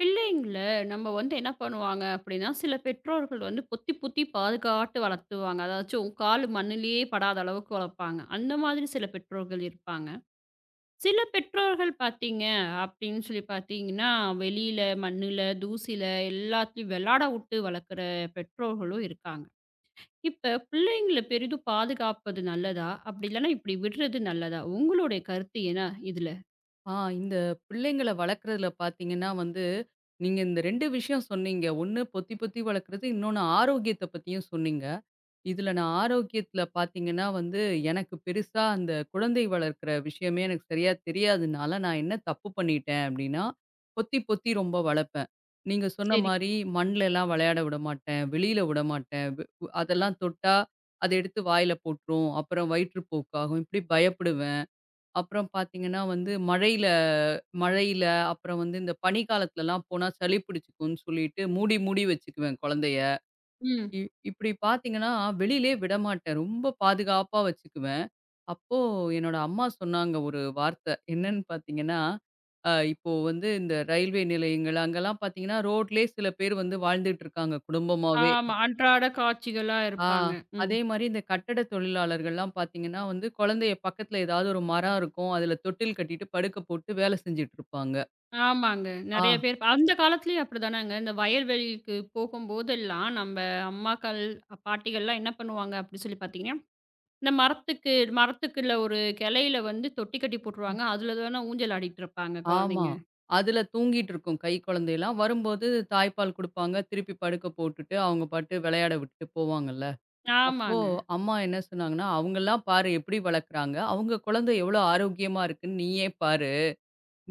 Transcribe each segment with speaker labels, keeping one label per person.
Speaker 1: பிள்ளைங்கள நம்ம வந்து என்ன பண்ணுவாங்க அப்படின்னா, சில பெற்றோர்கள் வந்து பொத்தி பொத்தி பாதுகாத்து வளர்த்துவாங்க. அதாச்சும் காலு மண்ணிலேயே படாத அளவுக்கு வளர்ப்பாங்க. அந்த மாதிரி சில பெற்றோர்கள் இருப்பாங்க. சில பெற்றோர்கள் பார்த்தீங்க அப்படின்னு சொல்லி பார்த்தீங்கன்னா, வெளியில மண்ணுல, தூசியில எல்லாத்துலயும் வெளாட விட்டு வளர்க்குற பெற்றோர்களும் இருக்காங்க. இப்ப பிள்ளைங்கள பெரிதும் பாதுகாப்பது நல்லதா? அப்படி இல்லன்னா இப்படி விடுறது நல்லதா? உங்களுடைய கருத்து என்ன இதுல?
Speaker 2: ஆ இந்த பிள்ளைங்கள வளர்க்குறதுல பார்த்தீங்கன்னா வந்து, நீங்க இந்த 2 விஷயம் சொன்னீங்க. ஒண்ணு பொத்தி பொத்தி வளர்க்குறது, இன்னொன்னு ஆரோக்கியத்த பத்தியும் சொன்னீங்க. இதுல நான் ஆரோக்கியத்துல பார்த்தீங்கன்னா வந்து, எனக்கு பெருசா அந்த குழந்தை வளர்க்குற விஷயமே எனக்கு சரியா தெரியாதனால, நான் என்ன தப்பு பண்ணிட்டேன் அப்டின்னா, பொத்தி பொத்தி ரொம்ப வளர்ப்பேன். நீங்க சொன்ன
Speaker 1: சரி.
Speaker 2: மாரி மண்லலாம் விளையாட விடமாட்டேன், வெளியில விடமாட்டேன். அதெல்லாம் தொட்டா, அத எடுத்து வாயில போட்டுரும். அப்புறம் வயிற்றுப்போக்காகும். இப்டி பயப்படுவேன். அப்புறம் பார்த்தீங்கன்னா வந்து மழையில மழையில, அப்புறம் வந்து இந்த பனிக்காலத்துலலாம் போனா சளி பிடிச்சுக்கும்ன்னு சொல்லிட்டு மூடி, மூடி வச்சுக்குவேன் குழந்தைய.
Speaker 1: ம்.
Speaker 2: இ இப்படி பார்த்தீங்கன்னா, வெளியிலயே விடமாட்டேன். ரொம்ப பாதுகாப்பா வச்சுக்குவேன். அப்போ என்னோட அம்மா சொன்னாங்க ஒரு வார்த்த. என்னன்னு பார்த்தீங்கன்னா, இப்போ வந்து இந்த ரயில்வே நிலையங்கள் அங்கலாம் பார்த்தீங்கன்னா, ரோட்லயே சில பேர் வந்து வாழ்ந்துட்டு இருக்காங்க குடும்பமாவே.
Speaker 1: ஆமா. அன்றாட காட்சிகளா
Speaker 2: ஆ.
Speaker 1: இருப்பாங்க. ம்.
Speaker 2: அதே மாரி இந்த கட்டட தொழிலாளர்கள்லாம் பார்த்தீங்கன்னா வந்து, குழந்தைய பக்கத்துல ஏதாவது ஒரு மரம் இருக்கும். அதுல தொட்டில் கட்டிட்டு படுக்க போட்டு வேலை செஞ்சுட்டு இருப்பாங்க.
Speaker 1: ஆமாங்க.
Speaker 2: ஆ,
Speaker 1: நெறைய பேர் இப்ப அந்த காலத்துலயும் அப்படிதானங்க. இந்த வயல்வெளிக்கு போகும்போதெல்லாம் நம்ம அம்மாக்கள், பாட்டிகள்லாம் என்ன பண்ணுவாங்க அப்படின்னு சொல்லி பார்த்தீங்கன்னா, இந்த மரத்துக்கு மரத்துக்குள்ள ஒரு கிளையில வந்து தொட்டி கட்டி போட்டுருவாங்க. அதுல தான ஊஞ்சல் ஆடிட்டு இருப்பாங்க
Speaker 2: ஆமா.
Speaker 1: குழந்தைங்க.
Speaker 2: அதுல தூங்கிட்டு இருக்கும் கை குழந்தைலாம். வரும்போது தாய்ப்பால் குடுப்பாங்க. திருப்பி படுக்க போட்டுட்டு, அவங்க பாட்டு விளையாட விட்டுட்டு போவாங்கல்ல. அப்போ
Speaker 1: ஆமாங்க.
Speaker 2: அம்மா என்ன சொன்னாங்கன்னா, "அவங்கலாம் பாரு எப்படி வளர்க்குறாங்க. அவங்க குழந்தை எவ்வளோ ஆரோக்கியமா இருக்குன்னு நீயே பாரு."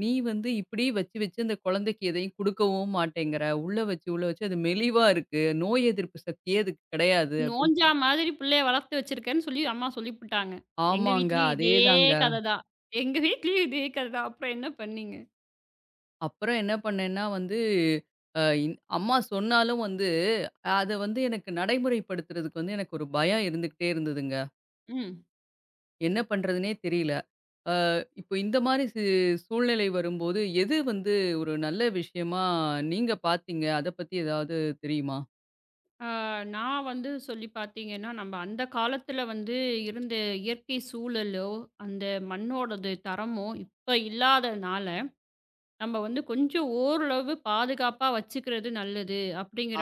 Speaker 2: நீ வந்து இப்படி வச்சு வச்சு அந்த குழந்தைக்கு எதையும் குடுக்கவும் மாட்டேங்கிற. உள்ள வச்சு, உள்ள வச்சு அது மெலிவா இருக்கு. நோய் எதிர்ப்பு சக்தியே அதுக்கு கிடையாது
Speaker 1: நோஞ்சா
Speaker 2: அப்படின்னு
Speaker 1: மாதிரி பிள்ளைய வளர்த்து வச்சிருக்கேன்னு சொல்லி அம்மா சொல்லிப்புட்டாங்க. எங்க
Speaker 2: ஆமாங்க.
Speaker 1: வீட்லயும் இதே
Speaker 2: அதேதாங்க.
Speaker 1: கத தான். எங்க வீட்லயும் இதே கத தான். அப்புறம் என்ன பண்ணீங்க?
Speaker 2: அப்புறம் என்ன பண்ணேன்னா வந்து, அ இன் அம்மா சொன்னாலும் வந்து, அத வந்து எனக்கு நடைமுறைப்படுத்துறதுக்கு வந்து எனக்கு ஒரு பயம் இருந்துகிட்டே இருந்ததுங்க.
Speaker 1: ம்.
Speaker 2: என்ன பண்றதுன்னே தெரியல. அ இப்போ இந்த மாரி சூழ்நிலை வரும்போது, எது வந்து ஒரு நல்ல விஷயமா நீங்க பார்த்தீங்க? அத பத்தி ஏதாவது தெரியுமா?
Speaker 1: ஆ, நான் வந்து சொல்லி பார்த்தீங்கன்னா, நம்ம அந்த காலத்துல வந்து இருந்த இயற்கை சூழலோ, அந்த மண்ணோடது தரமோ இப்ப இல்லாதனால, நம்ம வந்து கொஞ்சம் ஓரளவு பாதுகாப்பா வச்சுக்கிறது நல்லது.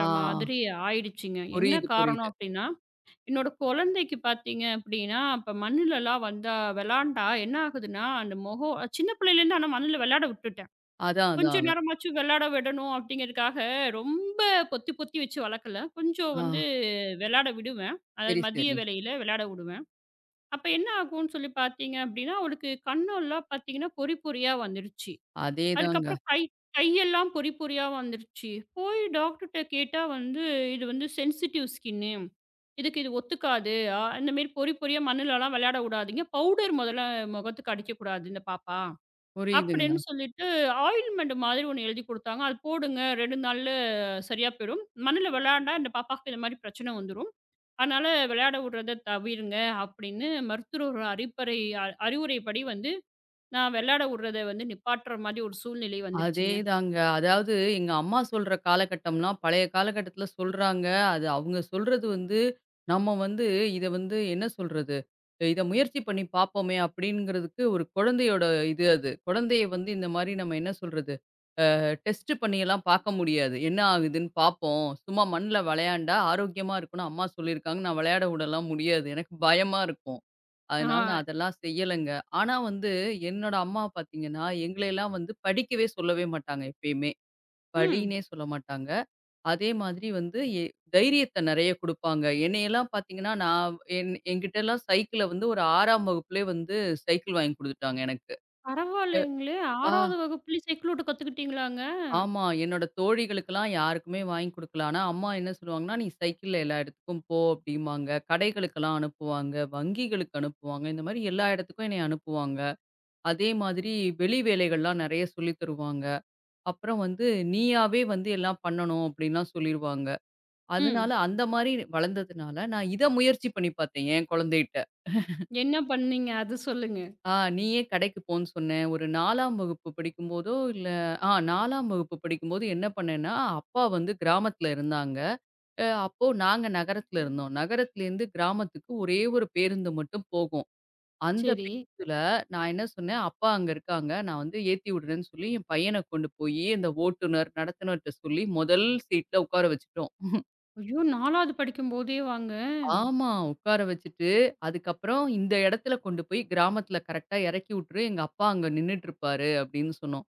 Speaker 2: ஆ.
Speaker 1: மாதிரி ஆயிடுச்சுங்க. என்ன
Speaker 2: புரியுது, புரியுது.
Speaker 1: காரணம் அப்படின்னா, என்னோட குழந்தைக்கு பார்த்தீங்க அப்படின்னா, இப்ப மண்ணுலலாம் வந்தா விளாண்டா என்ன ஆகுதுன்னா, அந்த முகம் சின்ன பிள்ளையிலேருந்து ஆனா மண்ணுல விளையாட விட்டுட்டேன்.
Speaker 2: அதான், அதான்,
Speaker 1: கொஞ்ச
Speaker 2: அதான்.
Speaker 1: நேரமாச்சும் விளையாட விடணும் அப்படிங்கிறதுக்காக, ரொம்ப பொத்தி பொத்தி வச்சு வளர்க்கல. கொஞ்சம்
Speaker 2: ஆ.
Speaker 1: வந்து விளையாட விடுவேன். அதாவது
Speaker 2: சரி,
Speaker 1: மதிய
Speaker 2: சரி.
Speaker 1: வேளையில விளையாட விடுவேன். அப்ப என்ன ஆகும்ன்னு சொல்லி பார்த்தீங்க அப்படின்னா, அவளுக்கு கண்ணெல்லாம் பார்த்தீங்கன்னா பொறி பொறியா வந்துருச்சு.
Speaker 2: அதேதாங்க.
Speaker 1: அதுக்கப்புறம் கையெல்லாம் பொறி பொறியா வந்துருச்சு. போய் டாக்டர்ட்ட கேட்டா வந்து, "இது வந்து சென்சிட்டிவ் ஸ்கின்னு. இதுக்கு இது ஒத்துக்காது. இந்த மாரி பொறி பொறியா மண்ணுலலாம் விளையாட விடாதீங்க. பவுடர் முதல்ல முகத்துக்கு அடிக்கக்கூடாது இந்த பாப்பா."
Speaker 2: புரியுதுங்க.
Speaker 1: அப்படின்னு சொல்லிட்டு ஆயில்மெண்ட் மாதிரி ஒண்ணு எழுதி குடுத்தாங்க. "அது போடுங்க 2 நாள்ல சரியா போயிடும். மண்ணுல விளையாண்டா இந்த பாப்பாக்கு இந்த மாரி பிரச்சனை வந்துரும். அதனால விளையாட விடுறத தவிருங்க" அப்படின்னு மருத்துவர் அறிப்பறை அ அறிவுரைப்படி வந்து நான் விளையாட விடுறத வந்து நிப்பாட்டுற மாதிரி ஒரு சூழ்நிலை வந்துருச்சுங்க.
Speaker 2: அதேதாங்க. அதாவது எங்க அம்மா சொல்ற காலகட்டம்லாம் பழைய காலகட்டத்தில சொல்றாங்க. அது அவங்க சொல்றது வந்து, நம்ம வந்து இத வந்து என்ன சொல்றது? இத முயற்சி பண்ணி பார்ப்போமே அப்படிங்கிறதுக்கு ஒரு குழந்தையோட இது அது. குழந்தைய வந்து இந்த மாரி நம்ம என்ன சொல்றது? டெஸ்ட் பண்ணியெல்லாம் பார்க்க முடியாது. என்ன ஆகுதுன்னு பார்ப்போம். சும்மா மண்ல விளையாண்டா ஆரோக்கியமா இருக்கும்னு அம்மா சொல்லியிருக்காங்க. நான் விளையாட விடலாம் முடியாது. எனக்கு பயமா இருக்கும். அதனால நான்
Speaker 1: ஆ.
Speaker 2: அதெல்லாம் செய்யலைங்க. ஆனா வந்து என்னோட அம்மா பார்த்தீங்கன்னா, எங்களையெல்லாம் வந்து படிக்கவே சொல்லவே மாட்டாங்க எப்பயுமே.
Speaker 1: ம்.
Speaker 2: படின்னே சொல்ல மாட்டாங்க. அதே மாதிரி வந்து தைரியத்த நெறைய குடுப்பாங்க. என்னையெல்லாம் பார்த்தீங்கன்னா, நான் என்கிட்டலாம் சைக்கிள வந்து ஒரு 6ஆம் வகுப்புலயே வந்து சைக்கிள் வாங்கி குடுத்துட்டாங்க எனக்கு.
Speaker 1: பரவாயில்லைங்களே!
Speaker 2: ஆ.
Speaker 1: 6வது வகுப்புல சைக்கிள் ஓட்ட கத்துக்கிட்டீங்களாங்க?
Speaker 2: ஆமா. என்னோட தோழிகளுக்கெல்லாம் யாருக்குமே வாங்கி குடுக்கல. ஆனா அம்மா என்ன சொல்லுவாங்கன்னா, "நீ சைக்கிள்ல எல்லா இடத்துக்கும் போ" அப்படிம்பாங்க. கடைகளுக்கெல்லாம் அனுப்புவாங்க, வங்கிகளுக்கு அனுப்புவாங்க. இந்த மாரி எல்லா இடத்துக்கும் என்னைய அனுப்புவாங்க. அதே மாதிரி வெளி வேலைகள்லாம் நெறைய சொல்லி தருவாங்க. அப்புறம் வந்து நீயாவே வந்து எல்லாம் பண்ணணும் அப்படின்லாம் சொல்லிருவாங்க. அதனால
Speaker 1: ம்.
Speaker 2: அந்த மாரி வளர்ந்ததுனால நான் இத முயற்சி பண்ணி பார்த்தேன் என் குழந்தைட்ட.
Speaker 1: என்ன பண்ணீங்க? அது சொல்லுங்க.
Speaker 2: நீயே கடைக்கு போன்னு சொன்னேன். ஒரு 4ஆம் வகுப்பு படிக்கும்போதோ இல்ல 4ஆம் வகுப்பு படிக்கும்போது என்ன பண்ணேன்னா, அப்பா வந்து கிராமத்துல இருந்தாங்க. அப்போ நாங்க நகரத்துல இருந்தோம். நகரத்துலேருந்து கிராமத்துக்கு ஒரே ஒரு பேருந்து மட்டும் போகும். அந்த
Speaker 1: சரி.
Speaker 2: பேச்சுல நான் என்ன சொன்னேன், "அப்பா அங்க இருக்காங்க. நான் வந்து ஏத்தி விடுறேன்னு" சொல்லி, என் பையன கொண்டு போயி அந்த ஓட்டுநர், நடத்துனர்ட்ட சொல்லி முதல் சீட்ல உட்கார வச்சுட்டோம்.
Speaker 1: ஐயோ! 4வது படிக்கும்போதேவாங்க!
Speaker 2: ஆமா. உட்கார வச்சுட்டு, அதுக்கப்புறம் "இந்த இடத்துல கொண்டு போய் கிராமத்துல கரெக்ட்டா இறக்கி விட்டுரு. எங்க அப்பா அங்க நின்னுட்டுருப்பாரு" அப்படின்னு சொன்னோம்.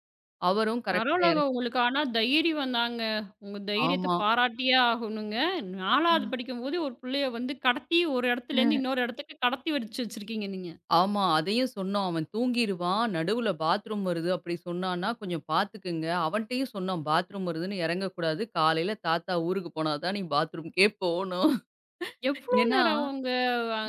Speaker 2: அவரும் கரெக்ட்டா
Speaker 1: பரவால்லங்க.
Speaker 2: இறக்கி
Speaker 1: உங்களுக்கு ஆனா தைரியம் வந்தாங்க. உங்க தைரியத்த
Speaker 2: ஆமா.
Speaker 1: பாராட்டியே ஆகணுங்க. 4வது படிக்கும்போது ஒரு புள்ளைய வந்து கடத்தி ஒரு இடத்துலேருந்து
Speaker 2: அ.
Speaker 1: இன்னொரு இடத்துக்கு கடத்தி வச்சு வச்சிருக்கீங்க நீங்க.
Speaker 2: ஆமா. அதையும் சொன்னோம். "அவன் தூங்கிருவான். நடுவுல பாத்ரூம் வருது அப்படி சொன்னான்னா, கொஞ்சம் பார்த்துக்குங்க." அவன்ட்டயும் சொன்னோம், "பாத்ரூம் வருதுன்னு இறங்கக்கூடாது. காலையில தாத்தா ஊருக்கு போனா தான் நீ பாத்ரூம்க்கே போணும்."
Speaker 1: எவ்ளோ
Speaker 2: ஏன்னா,
Speaker 1: நேரம் உங்க அ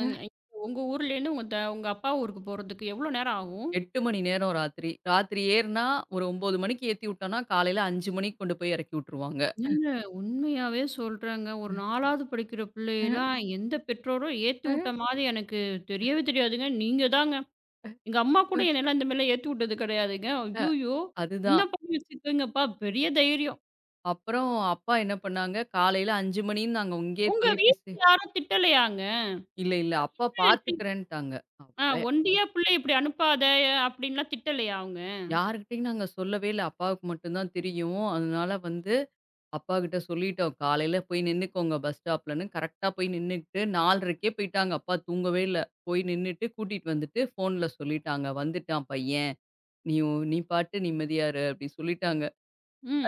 Speaker 1: உங்க ஊர்லேருந்து உங்க அப்பா ஊருக்கு போறதுக்கு எவ்ளோ நேரம் ஆகும்?
Speaker 2: 8 மணி நேரம் ராத்திரி. ராத்திரி ஏறுனா ஒரு 9 மணிக்கு ஏத்தி விட்டோம்னா, காலையில 5 மணிக்கு கொண்டு போய் இறக்கி விட்டுருவாங்க.
Speaker 1: ஏங்க உண்மையாவே சொல்றேங்க. ஒரு 4வது படிக்கிற
Speaker 2: அஹ்,
Speaker 1: பிள்ளையெல்லாம் எந்த பெற்றோரும் ஏத்தி
Speaker 2: அஹ்,
Speaker 1: விட்ட மாரி எனக்கு தெரியவே தெரியாதுங்க. நீங்க தாங்க. எங்க அம்மா கூட
Speaker 2: அஹ்.
Speaker 1: என்னையெல்லாம் இந்த மாரிலாம் ஏத்தி விட்டது கிடையாதுங்க.
Speaker 2: அ
Speaker 1: ஐய்யயோ! என்ன
Speaker 2: அதுதான்.
Speaker 1: பண்ணி வச்சிருக்கீங்கப்பா பெரிய தைரியம்.
Speaker 2: அப்புறம் அப்பா என்ன பண்ணாங்க, காலையில 5 மணின்னு நாங்க இங்கேயே
Speaker 1: உங்க
Speaker 2: தொலைபேசி
Speaker 1: வீட்ல யாரும் திட்டலையாங்க?
Speaker 2: இல்ல, இல்ல அப்பா
Speaker 1: இப்டி
Speaker 2: பார்த்துக்கிறேன்ட்டாங்க. அப்ப
Speaker 1: ஒண்டியா புள்ளைய இப்டி அனுப்பாத அப்டின்லாம் திட்டலையா அவங்க?
Speaker 2: யார்கிட்டயும் நாங்க சொல்லவே இல்ல. அப்பாவுக்கு மட்டும் தான் தெரியும். அதனால வந்து அப்பாகிட்ட சொல்லிட்டோம். காலையில போய் நின்னுக்கோங்க பஸ் ஸ்டாப்லன்னு. கரெக்ட்டா போய் நின்னுட்டு 4:30க்கே போயிட்டாங்க. அப்பா தூங்கவே இல்ல. போய் நின்னுட்டு கூட்டிட்டு வந்துட்டு ஃபோன்ல சொல்லிட்டாங்க, "வந்துட்டான் பையன்." நீ பாட்டு நிம்மதியா இரு அப்படி சொல்லிட்டாங்க.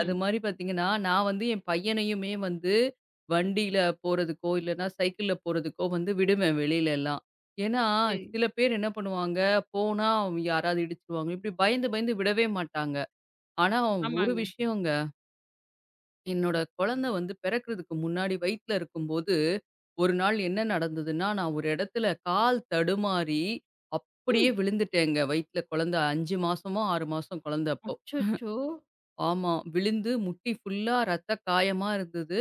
Speaker 2: அது மாரி பார்த்தீங்கன்னா, நான் வந்து என் பையனையுமே வந்து வண்டியில போறதுக்கோ, இல்லன்னா சைக்கிள்ல போறதுக்கோ வந்து விடுவேன் வெளியில எல்லாம். ஏன்னா,
Speaker 1: சரி.
Speaker 2: சில பேர் என்ன பண்ணுவாங்க, போனா அவங்க யாராவது இடிச்சுருவாங்க. இப்படி பயந்து பயந்து விடவே மாட்டாங்க. ஆனா ஒரு
Speaker 1: ஆமாங்க.
Speaker 2: விஷயங்க, என்னோட குழந்தை வந்து பிறக்கறதுக்கு முன்னாடி வயித்துல இருக்கும்போது, ஒரு நாள் என்ன நடந்ததுன்னா, நான் ஒரு இடத்துல கால் தடுமாறி அப்படியே
Speaker 1: ம்.
Speaker 2: விழுந்துட்டேங்க. வயித்துல குழந்தை 5 மாசமோ, 6 மாசம் குழந்தை அப்போ.
Speaker 1: அச்சச்சோ!
Speaker 2: ஆமா. விழுந்து முட்டி ஃபுல்லா ரத்த காயமா இருந்தது.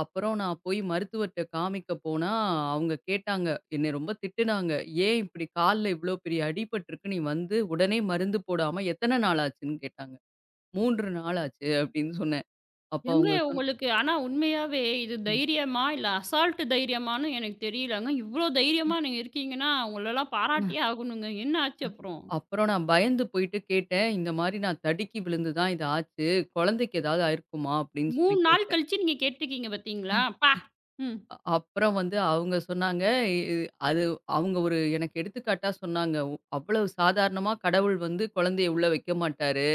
Speaker 2: அப்புறம் நான் போய் மருத்துவர்ட்ட காமிக்க போனா, அவங்க கேட்டாங்க. என்னை ரொம்ப திட்டுனாங்க. "ஏன் இப்படி கால்ல இவ்ளோ பெரிய அடிபட்டுருக்கு. நீ வந்து உடனே மருந்து போடாம எத்தன நாள் ஆச்சுன்னு?" கேட்டாங்க. "3 நாள் ஆச்சு" அப்படின்னு சொன்னேன். அப்ப
Speaker 1: ஏங்க
Speaker 2: அவங்க
Speaker 1: உங்களுக்கு ஆனா உண்மையாவே இது தைரியமா? இல்ல அசால்ட் தைரியமான்னு எனக்கு தெரியலங்க. இவ்ளோ தைரியமா நீங்க இருக்கீங்கன்னா, உங்களலாம்
Speaker 2: ம்.
Speaker 1: பாராட்டியே ஆகணுங்க. என்ன ஆச்சு அப்புறம்?
Speaker 2: அப்புறம் நான் பயந்து போயிட்டு கேட்டேன். "இந்த மாரி நான் தடுக்கி விழுந்து தான் இது ஆச்சு. குழந்தைக்கு ஏதாவது ஆயிருக்குமா?" அப்படின்னு சொல்லி
Speaker 1: 3 நாள்
Speaker 2: கேட்டேன்.
Speaker 1: கழிச்சு நீங்க கேட்டுருக்கீங்க பாத்தீங்களா? அப்பா! ம்,
Speaker 2: அப்புறம் வந்து அவங்க சொன்னாங்க, இ அது அவங்க ஒரு எனக்கு எடுத்துக்காட்டா சொன்னாங்க. "ஒ அவ்வளவு சாதாரணமா கடவுள் வந்து குழந்தைய உள்ள வைக்க மாட்டாரு.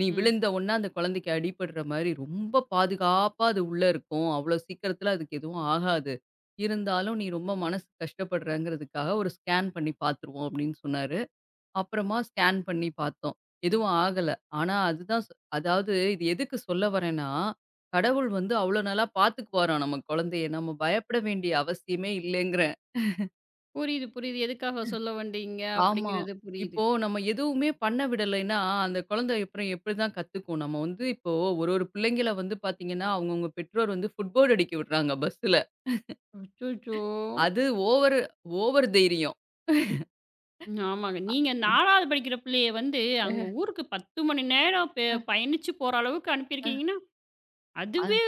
Speaker 2: நீ
Speaker 1: ம்.
Speaker 2: விழுந்த உடனே அந்த குழந்தைக்கு அடிபடுற மாரி ரொம்ப பாதுகாப்பா அது உள்ள இருக்கும். அவ்வளோ சீக்கிரத்தில அதுக்கு எதுவும் ஆகாது. இருந்தாலும் நீ ரொம்ப மனசு கஷ்டப்படுறங்கிறதுக்காக ஒரு ஸ்கேன் பண்ணி பார்த்துருவோம்" அப்படின்னு சொன்னாரு. அப்புறமா ஸ்கேன் பண்ணி பார்த்தோம். எதுவும் ஆகல. ஆனா அதுதான் அதாவது இது எதுக்கு சொல்ல வரேன்னா, கடவுள் வந்து அவ்ளோ நல்லா பார்த்துக்குவாராம் நம்ம குழந்தைய. நம்ம பயப்பட வேண்டிய அவசியமே இல்லைங்கிறேன்.
Speaker 1: புரியுது, புரியுது. எதுக்காக சொல்ல வந்தீங்க?
Speaker 2: ஆமா.
Speaker 1: அப்டிங்கிறது புரியுது.
Speaker 2: இப்போ நம்ம எதுவுமே பண்ண விடலைன்னா, அந்த குழந்தை அப்புறம் எப்படிதான் கத்துக்கும்? நம்ம வந்து இப்போ ஒரு ஒரு பிள்ளைங்கள வந்து பார்த்தீங்கன்னா, அவங்கவங்க பெற்றோர் வந்து ஃபுட்போர்ட் அடிக்க விடுறாங்க பஸ்ஸுல.
Speaker 1: அச்சச்சோ!
Speaker 2: அது ஓவர் ஓவர் தைரியம்.
Speaker 1: ம். ஆமாங்க. நீங்க 4வது படிக்கிற பிள்ளைய வந்து, அங்க
Speaker 2: அஹ,
Speaker 1: ஊருக்கு 10 மணி நேரம்
Speaker 2: அஹ,
Speaker 1: பயணிச்சு போற அளவுக்கு அனுப்பியிருக்கீங்கன்னா,
Speaker 2: அ
Speaker 1: அதுவே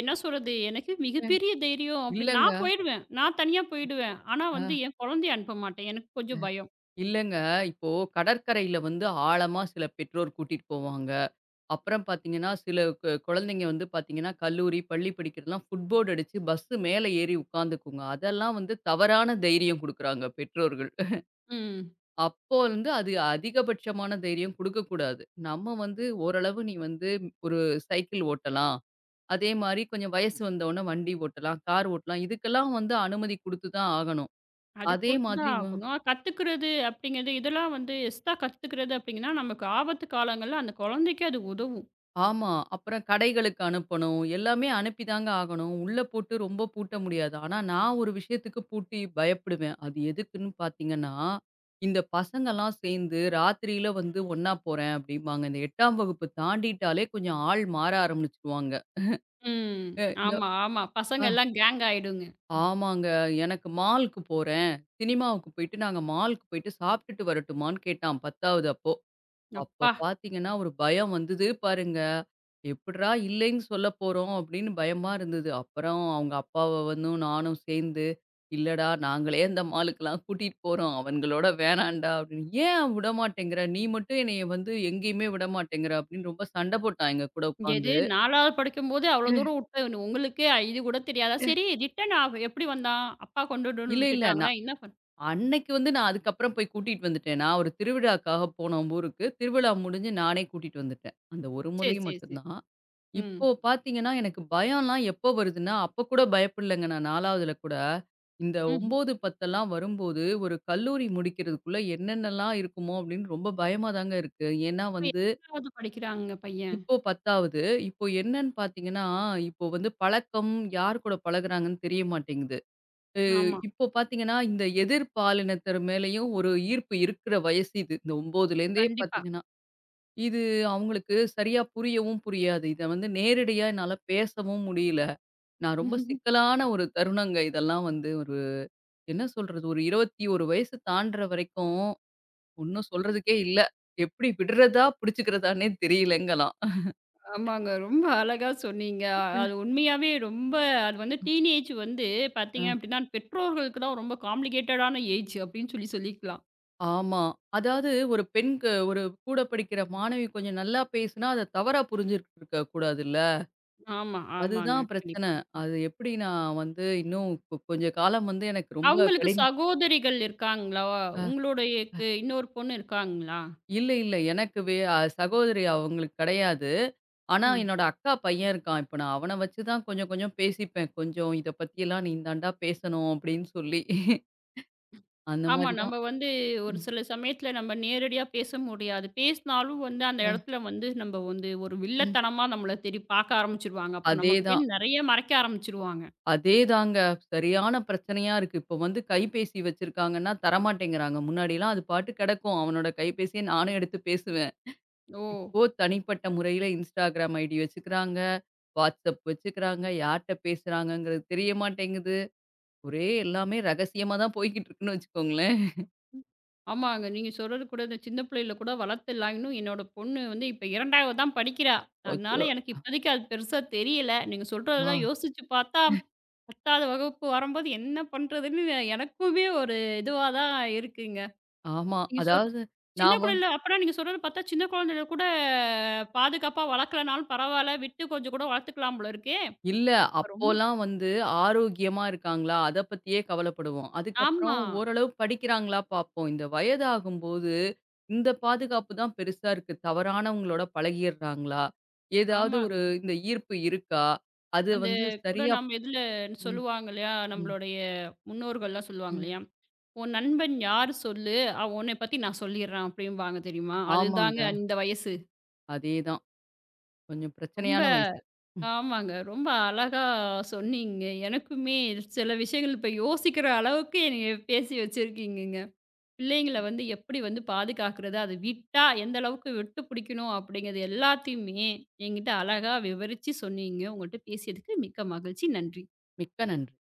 Speaker 1: என்ன சொல்றது? எனக்கு
Speaker 2: அஹ்.
Speaker 1: மிகப்பெரிய தைரியம். அப்படி
Speaker 2: இல்லங்க.
Speaker 1: நான் போயிடுவேன். நான் தனியா போயிடுவேன். ஆனா வந்து என் குழந்தைய அனுப்ப மாட்டேன். எனக்கு கொஞ்சம் பயம்.
Speaker 2: இல்லங்க. இப்போ கடற்கரையில வந்து ஆழமா சில பெற்றோர் கூட்டிட்டு போவாங்க. அப்புறம் பார்த்தீங்கன்னா, சில குழந்தைங்க வந்து பார்த்தீங்கன்னா, கல்லூரி, பள்ளி படிக்கிறதெல்லாம் ஃபுட் போர்ட் அடிச்சு பஸ் மேல ஏறி உட்காந்துக்குங்க. அதெல்லாம் வந்து தவறான தைரியம் குடுக்குறாங்க பெற்றோர்கள்.
Speaker 1: ம்.
Speaker 2: அப்போ வந்து அது அதிகபட்சமான தைரியம் குடுக்கக்கூடாது. நம்ம வந்து ஓரளவு நீ வந்து ஒரு சைக்கிள் ஓட்டலாம். அதே மாரி கொஞ்சம் வயசு வந்தவுனே வண்டி ஓட்டலாம், கார் ஓட்டலாம். இதுக்கெல்லாம் வந்து அனுமதி குடுத்து தான் ஆகணும்.
Speaker 1: அது
Speaker 2: அதே
Speaker 1: குடுத்து
Speaker 2: மாதிரி
Speaker 1: தான் ஆகணும். கத்துக்கிறது அப்படிங்கிறது, இதெல்லாம் வந்து எக்ஸ்ட்ரா கத்துக்கிறது அப்படிங்கன்னா, நமக்கு ஆபத்து காலங்கள்ல அந்த குழந்தைக்கு அது உதவும்.
Speaker 2: ஆமா. அப்புறம் கடைகளுக்கு அனுப்பணும். எல்லாமே அனுப்பி தாங்க ஆகணும். உள்ள போட்டு ரொம்ப பூட்ட முடியாது. ஆனா, நான் ஒரு விஷயத்துக்கு பூட்டி பயப்படுவேன். அது எதுக்குன்னு பார்த்தீங்கன்னா, இந்த பசங்கலாம் சேர்ந்து ராத்திரியில வந்து ஒண்ணா போறேன் அப்படிம்பாங்க. இந்த 8ஆம் வகுப்பு தாண்டிட்டாலே கொஞ்சம் ஆள் மாற ஆரம்பிச்சுருவாங்க.
Speaker 1: ம்.
Speaker 2: அ இந்த
Speaker 1: ஆமா, ஆமா. பசங்க
Speaker 2: அ
Speaker 1: எல்லாம் கேங் ஆயிடுங்க. ம்.
Speaker 2: ஆமாங்க. எனக்கு மால்க்கு போறேன். சினிமாவுக்கு போயிட்டு நாங்க மால்க்கு போயிட்டு சாப்பிட்டுட்டு வரட்டுமான்னு கேட்டான் 10ஆவது அப்போ. அப்ப
Speaker 1: அப்பா!
Speaker 2: பாத்தீங்கன்னா, ஒரு பயம் வந்தது பாருங்க. எப்புட்றா இல்லைன்னு சொல்ல போறோம் அப்படின்னு பயமா இருந்தது. அப்புறம் அவங்க அப்பாவ வந்தும் நானும் சேர்ந்து, இல்லடா நாங்களே அந்த மாலுக்குலாம் கூட்டிட்டு போறோம். அவன்களோட வேணான்டா அப்படின்னு. ஏன் விடமாட்டேங்கிற? நீ மட்டும் என்னைய வந்து எங்கேயுமே விடமாட்டேங்கிற அப்படின்னு ரொம்ப சண்டை போட்டான் எங்க கூட
Speaker 1: எது
Speaker 2: உட்காந்து.
Speaker 1: 4வது படிக்கும்போது அவ்வளோ தூரம் விட்டு உங்களுக்கே இது கூட தெரியாதா? சரி ரிட்டர்ன் ஆ எப்படி வந்தான்? அப்பா கொண்டுட்டுன்னு
Speaker 2: இல்ல, இல்ல.
Speaker 1: விட்டுட்டாங்களா? என்ன பண்
Speaker 2: அன்னைக்கு வந்து நான் அதுக்கப்புறம் போய் கூட்டிட்டு வந்துட்டேன். நான் ஒரு திருவிழாக்காக போனோம் ஊருக்கு. திருவிழா முடிஞ்சு நானே கூட்டிட்டு வந்துட்டேன். அந்த ஒரு
Speaker 1: சரி,
Speaker 2: முறை
Speaker 1: சரி,
Speaker 2: மட்டும்
Speaker 1: சரி.
Speaker 2: தான்.
Speaker 1: ம்.
Speaker 2: இப்போ பார்த்தீங்கன்னா, எனக்கு பயம்லாம் எப்போ வருதுன்னா, அப்ப கூட பயப்படலங்க நான் 4வதுல கூட. இந்த
Speaker 1: ம்ஹ்ம்.
Speaker 2: 9, 10லாம் வரும்போது, ஒரு கல்லூரி முடிக்கிறதுக்குள்ள என்னென்னலாம் இருக்குமோ அப்படின்னு ரொம்ப பயமா தாங்க இருக்கு. ஏன்னா
Speaker 1: இப்ப
Speaker 2: வந்து
Speaker 1: 8வது படிக்கிறாங்க பையன்.
Speaker 2: இப்போ 10வது. இப்போ என்னன்னு பார்த்தீங்கன்னா, இப்போ வந்து பழக்கம் யார் கூட பழகுறாங்கன்னு தெரிய மாட்டேங்குது.
Speaker 1: ஆமா.
Speaker 2: இப்போ பார்த்தீங்கன்னா, இந்த எதிர் பாலினத்தர் மேலேயும் ஒரு ஈர்ப்பு இருக்கிற வயசு இது. இந்த 9லேருந்தே
Speaker 1: கண்டிப்பா.
Speaker 2: பார்த்தீங்கன்னா, இது அவங்களுக்கு சரியா புரியவும் புரியாது. இத வந்து நேரடியா என்னால பேசவும் முடியல. நான் ரொம்ப சிக்கலான ஒரு தருணங்க இதெல்லாம் வந்து ஒரு என்ன சொல்றது? ஒரு 21 வயசு தாண்டுற வரைக்கும் ஒண்ணும் சொல்றதுக்கே இல்ல. எப்படி விடுறதா, பிடிச்சுக்கிறதான்னே தெரியலங்கலாம்.
Speaker 1: ஆமாங்க. ரொம்ப அழகா சொன்னீங்க.
Speaker 2: ம்.
Speaker 1: அது உண்மையாவே ரொம்ப அது வந்து டீனேஜ் வந்து
Speaker 2: அ
Speaker 1: பார்த்தீங்க அப்படின்னா, பெற்றோர்களுக்கு தான் ரொம்ப காம்ப்ளிகேட்டடான ஏஜ் அப்படின்னு சொல்லி சொல்லிக்கலாம்.
Speaker 2: ஆமா. அதாவது ஒரு பெண்க்கு ஒரு கூட படிக்கிற மாணவி கொஞ்சம் நல்லா பேசுனா, அத தவறா புரிஞ்சிருக்க கூடாதுல்ல.
Speaker 1: ஆமா, ஆமாங்க.
Speaker 2: அதுதான் பிரச்சனை.
Speaker 1: கண்டிப்பா.
Speaker 2: அது எப்படி நான் வந்து இன்னும் கொஞ்ச காலம் வந்து எனக்கு ரொம்ப
Speaker 1: அவங்களுக்கு
Speaker 2: கடின
Speaker 1: சகோதரிகள் இருக்காங்களா? உங்களுடையக்கு இன்னொரு பொண்ணு இருக்காங்களா?
Speaker 2: இல்ல, இல்ல. எனக்கு வே அ சகோதரி அவங்களுக்கு கிடையாது. ஆனா,
Speaker 1: ம்.
Speaker 2: என்னோட அக்கா பையன் இருக்கான். இப்ப நான் அவன வச்சு தான் கொஞ்சம் கொஞ்சம் பேசிப்பேன். கொஞ்சம் இத பத்தியெல்லாம் நீ தான்டா பேசணும் அப்படின்னு சொல்லி. அந்த
Speaker 1: ஆமா.
Speaker 2: மாரி தான்.
Speaker 1: நம்ம வந்து ஒரு
Speaker 2: ம்.
Speaker 1: சில சமயத்துல நம்ம நேரடியா பேச முடியாது. பேசினாலும் வந்து அந்த
Speaker 2: ம்.
Speaker 1: இடத்துல வந்து நம்ம வந்து ஒரு
Speaker 2: ம்.
Speaker 1: வில்லத்தனமா நம்மள தேடி பாக்க ஆரம்பிச்சுருவாங்க. அப்புறம்
Speaker 2: அதேதான்.
Speaker 1: நம்மகிட்டேருந்து நெறைய மறைக்க ஆரம்பிச்சுருவாங்க.
Speaker 2: அதேதாங்க. சரியான பிரச்சனையா இருக்கு. இப்போ வந்து கைபேசி வச்சிருக்காங்கன்னா தரமாட்டேங்கிறாங்க. முன்னாடிலாம் அது பாட்டு கிடக்கும். அவனோட கைபேசிய நானும் எடுத்து பேசுவேன்.
Speaker 1: ஓ!
Speaker 2: இப்போ தனிப்பட்ட முறையில Instagram ஐடி வச்சுக்கிறாங்க. WhatsApp வச்சுக்கிறாங்க. யார்ட்ட பேசுறாங்கங்கிறது தெரிய மாட்டேங்குது. ஒரே எல்லாமே ரகசியமா தான் போய்க்கிட்டு இருக்குன்னு வச்சுக்கோங்களேன்.
Speaker 1: ஆமாங்க. நீங்க சொல்றது கூட இந்த சின்ன பிள்ளையில கூட வளர்த்துடலாம். இன்னும் என்னோட பொண்ணு வந்து இப்ப 2வது தான் படிக்கிறா. அதனால
Speaker 2: அச்சோ!
Speaker 1: எனக்கு இப்போதைக்கு அது பெருசா தெரியல. நீங்க
Speaker 2: ஆ.
Speaker 1: சொல்றதெல்லாம் யோசிச்சு பார்த்தா 10வது வகுப்பு வரும்போது என்ன பண்றதுன்னு எனக்குமே ஒரு இதுவா தான் இருக்குங்க.
Speaker 2: ஆமா.
Speaker 1: நீங்க சொல்
Speaker 2: அதாவது
Speaker 1: சின்ன
Speaker 2: நான் வ
Speaker 1: குழந்தையில அப்பன்னா நீங்க சொல்றத பார்த்தா சின்ன குழந்தையில கூட பாதுகாப்பா வளர்க்கலனாலும் பரவால்ல. விட்டு கொஞ்சம் கூட வளர்த்துக்கலாம் போல இருக்கே!
Speaker 2: இல்ல
Speaker 1: ரொம்ப
Speaker 2: அப்போலாம் வந்து ஆரோக்கியமா இருக்காங்களா? அத பத்தியே கவலைப்படுவோம். அதுக்கப்புறம்
Speaker 1: ஆமா.
Speaker 2: ஓரளவு படிக்கிறாங்களா பார்ப்போம். இந்த வயதாகும்போது, இந்த பாதுகாப்பு தான் பெருசா இருக்கு. தவறானவங்களோட பழகிர்றாங்களா? ஏதாவது ஒரு
Speaker 1: ஆமாங்க.
Speaker 2: இந்த ஈர்ப்பு இருக்கா? அது
Speaker 1: அந்த
Speaker 2: வந்து
Speaker 1: கூட
Speaker 2: சரியா
Speaker 1: நம்ம இதுல
Speaker 2: ம்,
Speaker 1: சொல்லுவாங்க இல்லையா?
Speaker 2: ம்,
Speaker 1: நம்மளுடைய முன்னோர்கள்லாம் சொல்லுவாங்க
Speaker 2: ம்.
Speaker 1: இல்லையா? "உன் நண்பன் யாரு சொல்லு, அவன் உன்னை பத்தி நான் சொல்லிர்றான்" அப்படிம்பாங்க தெரியுமா? அதுதாங்க
Speaker 2: ஆமாங்க.
Speaker 1: இந்த வயசு.
Speaker 2: அதேதான். கொஞ்சம்
Speaker 1: ரொம்ப
Speaker 2: பிரச்சனையான வயசு. ம்.
Speaker 1: ஆமாங்க. ரொம்ப அழகா சொன்னீங்க. எனக்குமே சில விஷயங்கள் இப்ப யோசிக்கிற அளவுக்கு என்னைய பேசி வச்சிருக்கீங்கங்க. பிள்ளைங்கள வந்து எப்படி வந்து பாதுகாக்கிறது, அது விட்டா எந்த அளவுக்கு விட்டு பிடிக்கணும் அப்படிங்கிறது எல்லாத்தையுமே என்கிட்ட அழகா விவரிச்சு சொன்னீங்க. உங்கள்ட்ட பேசியதுக்கு மிக்க மகிழ்ச்சி. நன்றி.
Speaker 2: மிக்க நன்றி.